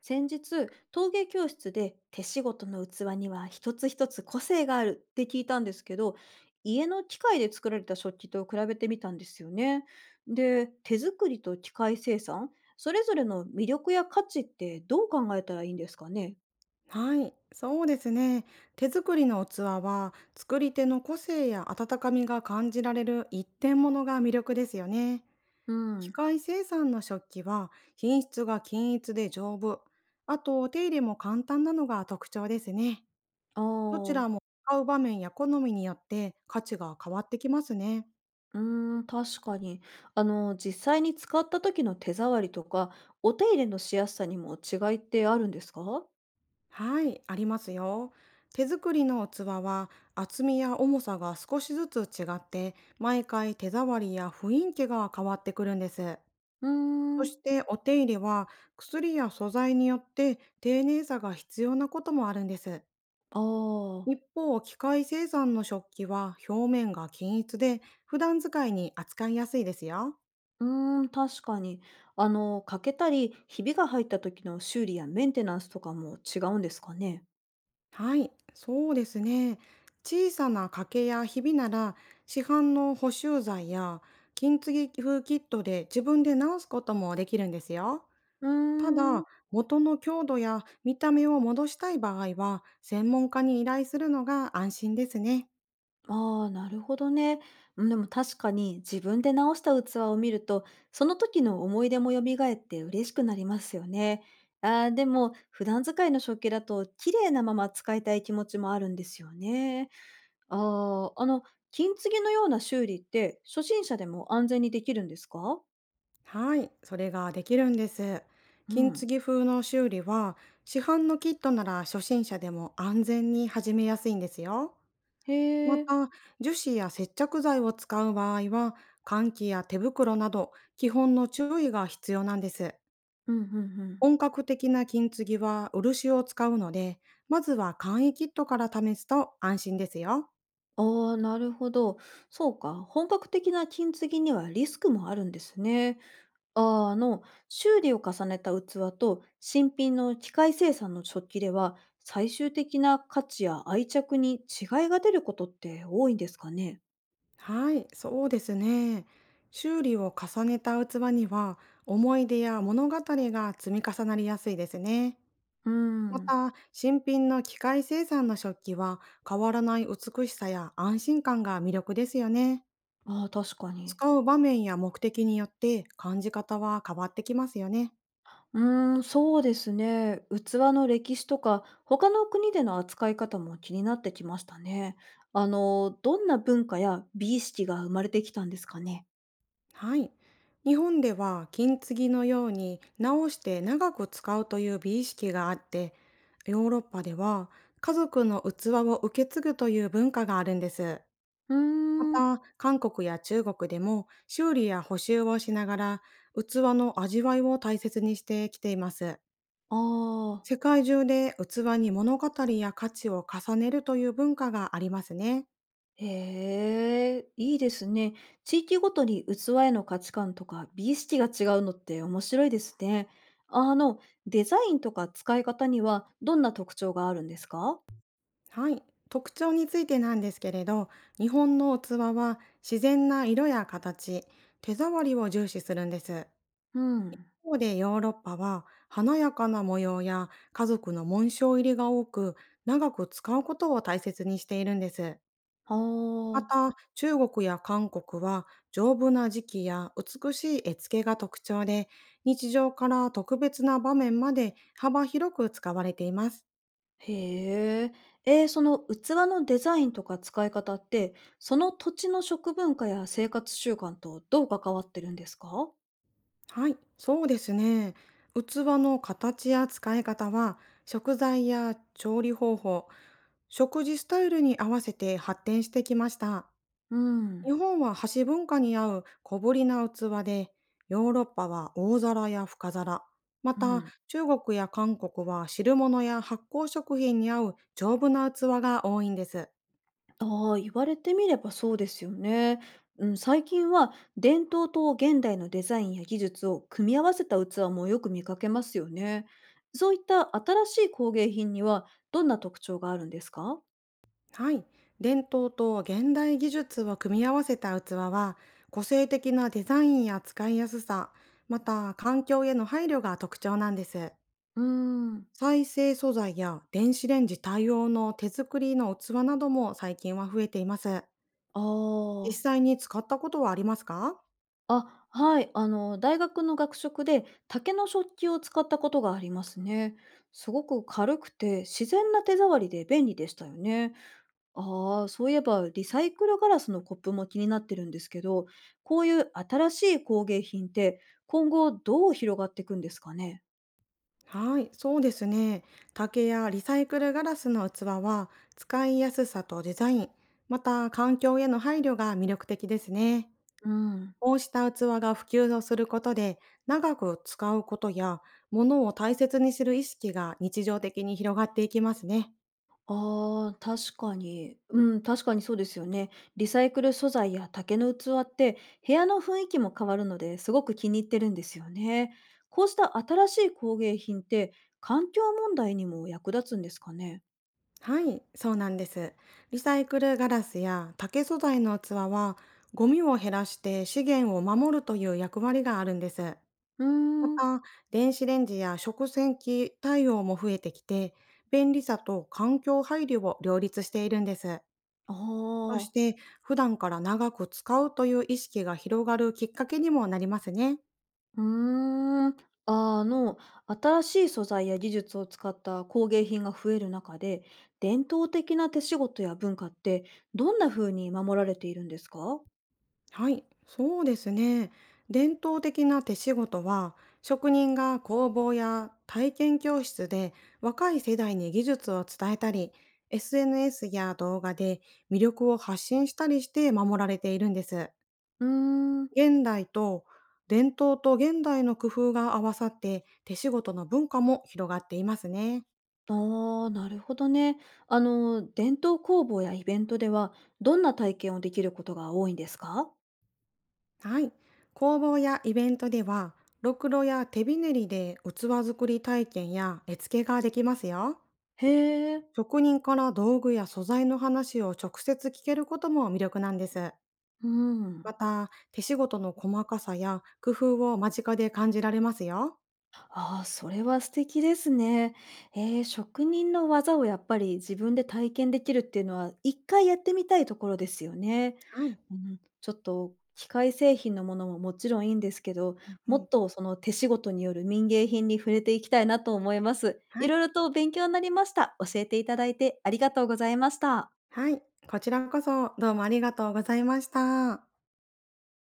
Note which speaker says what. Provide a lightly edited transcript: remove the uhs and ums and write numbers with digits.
Speaker 1: 先日、陶芸教室で手仕事の器には一つ一つ個性があるって聞いたんですけど、家の機械で作られた食器と比べてみたんですよね。で、手作りと機械生産、それぞれの魅力や価値ってどう考えたらいいんですかね？
Speaker 2: はい、そうですね。手作りの器は作り手の個性や温かみが感じられる一点物が魅力ですよね。
Speaker 1: う
Speaker 2: 機
Speaker 1: ん。
Speaker 2: 械生産の食器は品質が均一で丈夫。あとお手入れも簡単なのが特徴ですね。
Speaker 1: あ
Speaker 2: どち
Speaker 1: あ、
Speaker 2: らも使う場面や好みによって価値が変わってきますね。
Speaker 1: うーん、確かに。実際に使った時の手触りとか、お手入れのしやすさにも違いってあるんですか？
Speaker 2: はい、ありますよ。手作りの器は厚みや重さが少しずつ違って、毎回手触りや雰囲気が変わってくるんです。
Speaker 1: うー
Speaker 2: そ
Speaker 1: ん、
Speaker 2: してお手入れは、薬や素材によって丁寧さが必要なこともあるんです。
Speaker 1: あ
Speaker 2: 一
Speaker 1: あ。
Speaker 2: 方、機械生産の食器は表面が均一で普段使いに扱いやすいですよ。
Speaker 1: うーん、確かに。欠けたり、ひびが入った時の修理やメンテナンスとかも違うんですかね？
Speaker 2: はい、そうですね。小さな欠けやひびなら、市販の補修剤や金継ぎ風キットで自分で直すこともできるんですよ。
Speaker 1: うー
Speaker 2: た
Speaker 1: ん。
Speaker 2: だ、元の強度や見た目を戻したい場合は、専門家に依頼するのが安心ですね。
Speaker 1: ああ、なるほどね。うん。でも確かに自分で直した器を見ると、その時の思い出も蘇って嬉しくなりますよね。あー、でも、普段使いの食器だと綺麗なまま使いたい気持ちもあるんですよね。ああ、金継ぎのような修理って初心者でも安全にできるんですか？
Speaker 2: はい、それができるんです。
Speaker 1: う
Speaker 2: 金継
Speaker 1: ん。
Speaker 2: ぎ風の修理は、市販のキットなら初心者でも安全に始めやすいんですよ。
Speaker 1: へ
Speaker 2: ま
Speaker 1: え。
Speaker 2: た、樹脂や接着剤を使う場合は、換気や手袋など基本の注意が必要なんです。
Speaker 1: うんうんうん。
Speaker 2: 本格的な金継ぎは漆を使うので、まずは簡易キットから試すと安心ですよ。
Speaker 1: ああ、なるほど。そうか。本格的な金継ぎにはリスクもあるんですね。あー、修理を重ねた器と新品の機械生産の食器では、最終的な価値や愛着に違いが出ることって多いんですかね？
Speaker 2: はい、そうですね。修理を重ねた器には、思い出や物語が積み重なりやすいですね。
Speaker 1: うー
Speaker 2: ま
Speaker 1: ん。
Speaker 2: た、新品の機械生産の食器は、変わらない美しさや安心感が魅力ですよね。
Speaker 1: ああ、確かに。
Speaker 2: 使う場面や目的によって感じ方は変わってきますよね。
Speaker 1: うーん、そうですね。器の歴史とか、他の国での扱い方も気になってきましたね。どんな文化や美意識が生まれてきたんですかね？
Speaker 2: はい。日本では金継ぎのように直して長く使うという美意識があって、ヨーロッパでは家族の器を受け継ぐという文化があるんです。
Speaker 1: うー
Speaker 2: ま
Speaker 1: ん。
Speaker 2: た、韓国や中国でも修理や補修をしながら、器の味わいを大切にしてきています。
Speaker 1: ああ、
Speaker 2: 世界中で器に物語や価値を重ねるという文化がありますね。
Speaker 1: へえ、いいですね。地域ごとに器への価値観とか美意識が違うのって面白いですね。あの、デザインとか使い方にはどんな特徴があるんですか？
Speaker 2: はい。特徴についてなんですけれど、日本の器は自然な色や形、手触りを重視するんです。
Speaker 1: うん。
Speaker 2: 一方でヨーロッパは華やかな模様や家族の紋章入りが多く、長く使うことを大切にしているんです。
Speaker 1: あ
Speaker 2: ま
Speaker 1: あ、
Speaker 2: た、中国や韓国は丈夫な時期や美しい絵付けが特徴で、日常から特別な場面まで幅広く使われています。
Speaker 1: へえ。その器のデザインとか使い方って、その土地の食文化や生活習慣とどう関わってるんですか？
Speaker 2: はい、そうですね。器の形や使い方は、食材や調理方法、食事スタイルに合わせて発展してきました。
Speaker 1: う
Speaker 2: 日
Speaker 1: ん。
Speaker 2: 本は箸文化に合う小ぶりな器で、ヨーロッパは大皿や深皿、ま
Speaker 1: う
Speaker 2: た
Speaker 1: ん。
Speaker 2: 中国や韓国は汁物や発酵食品に合う丈夫な器が多いんです。
Speaker 1: ああ、言われてみればそうですよね。うん、最近は伝統と現代のデザインや技術を組み合わせた器もよく見かけますよね。そういった新しい工芸品にはどんな特徴があるんですか？
Speaker 2: はい。伝統と現代技術を組み合わせた器は、個性的なデザインや使いやすさ、また環境への配慮が特徴なんです。
Speaker 1: うーん、
Speaker 2: 再生素材や電子レンジ対応の手作りの器なども最近は増えています。
Speaker 1: あ
Speaker 2: 実
Speaker 1: あ、
Speaker 2: 際に使ったことはありますか？
Speaker 1: あ、はい、大学の学食で竹の食器を使ったことがありますね。すごく軽くて自然な手触りで便利でしたよね。ああ、そういえばリサイクルガラスのコップも気になってるんですけど、こういう新しい工芸品って今後どう広がっていくんですかね？
Speaker 2: はい、そうですね。竹やリサイクルガラスの器は、使いやすさとデザイン、また環境への配慮が魅力的ですね。
Speaker 1: うん。
Speaker 2: こうした器が普及をすることで、長く使うことや、物を大切にする意識が日常的に広がっていきますね。
Speaker 1: ああ、確かに。うん、確かにそうですよね。リサイクル素材や竹の器って部屋の雰囲気も変わるのですごく気に入ってるんですよね。こうした新しい工芸品って環境問題にも役立つんですかね？
Speaker 2: はい、そうなんです。リサイクルガラスや竹素材の器は、ゴミを減らして資源を守るという役割があるんです。
Speaker 1: うー
Speaker 2: ま
Speaker 1: ん。
Speaker 2: た、電子レンジや食洗機対応も増えてきて、便利さと環境配慮を両立しているんです。
Speaker 1: あ
Speaker 2: そし
Speaker 1: あ。
Speaker 2: て、普段から長く使うという意識が広がるきっかけにもなりますね。
Speaker 1: うーん。あの、新しい素材や技術を使った工芸品が増える中で、伝統的な手仕事や文化ってどんな風に守られているんですか？
Speaker 2: はい、そうですね。伝統的な手仕事は、職人が工房や体験教室で若い世代に技術を伝えたり、SNS や動画で魅力を発信したりして守られているんです。
Speaker 1: うーん。
Speaker 2: 現代と伝統と現代の工夫が合わさって、手仕事の文化も広がっていますね。
Speaker 1: ああ、なるほどね。伝統工房やイベントでは、どんな体験をできることが多いんですか？
Speaker 2: はい。工房やイベントでは、ろくろや手びねりで器作り体験や絵付けができますよ。
Speaker 1: へえ。
Speaker 2: 職人から道具や素材の話を直接聞けることも魅力なんです。
Speaker 1: うん。
Speaker 2: また、手仕事の細かさや工夫を間近で感じられますよ。
Speaker 1: ああ、それは素敵ですね。職人の技をやっぱり自分で体験できるっていうのは、一回やってみたいところですよね。
Speaker 2: はい。
Speaker 1: うん、ちょっと機械製品のものももちろんいいんですけど、
Speaker 2: う
Speaker 1: も
Speaker 2: ん。
Speaker 1: っとその手仕事による民芸品に触れていきたいなと思います。
Speaker 2: は
Speaker 1: い
Speaker 2: い。
Speaker 1: ろいろと勉強になりました。教えていただいてありがとうございました。
Speaker 2: はい。こちらこそどうもありがとうございました。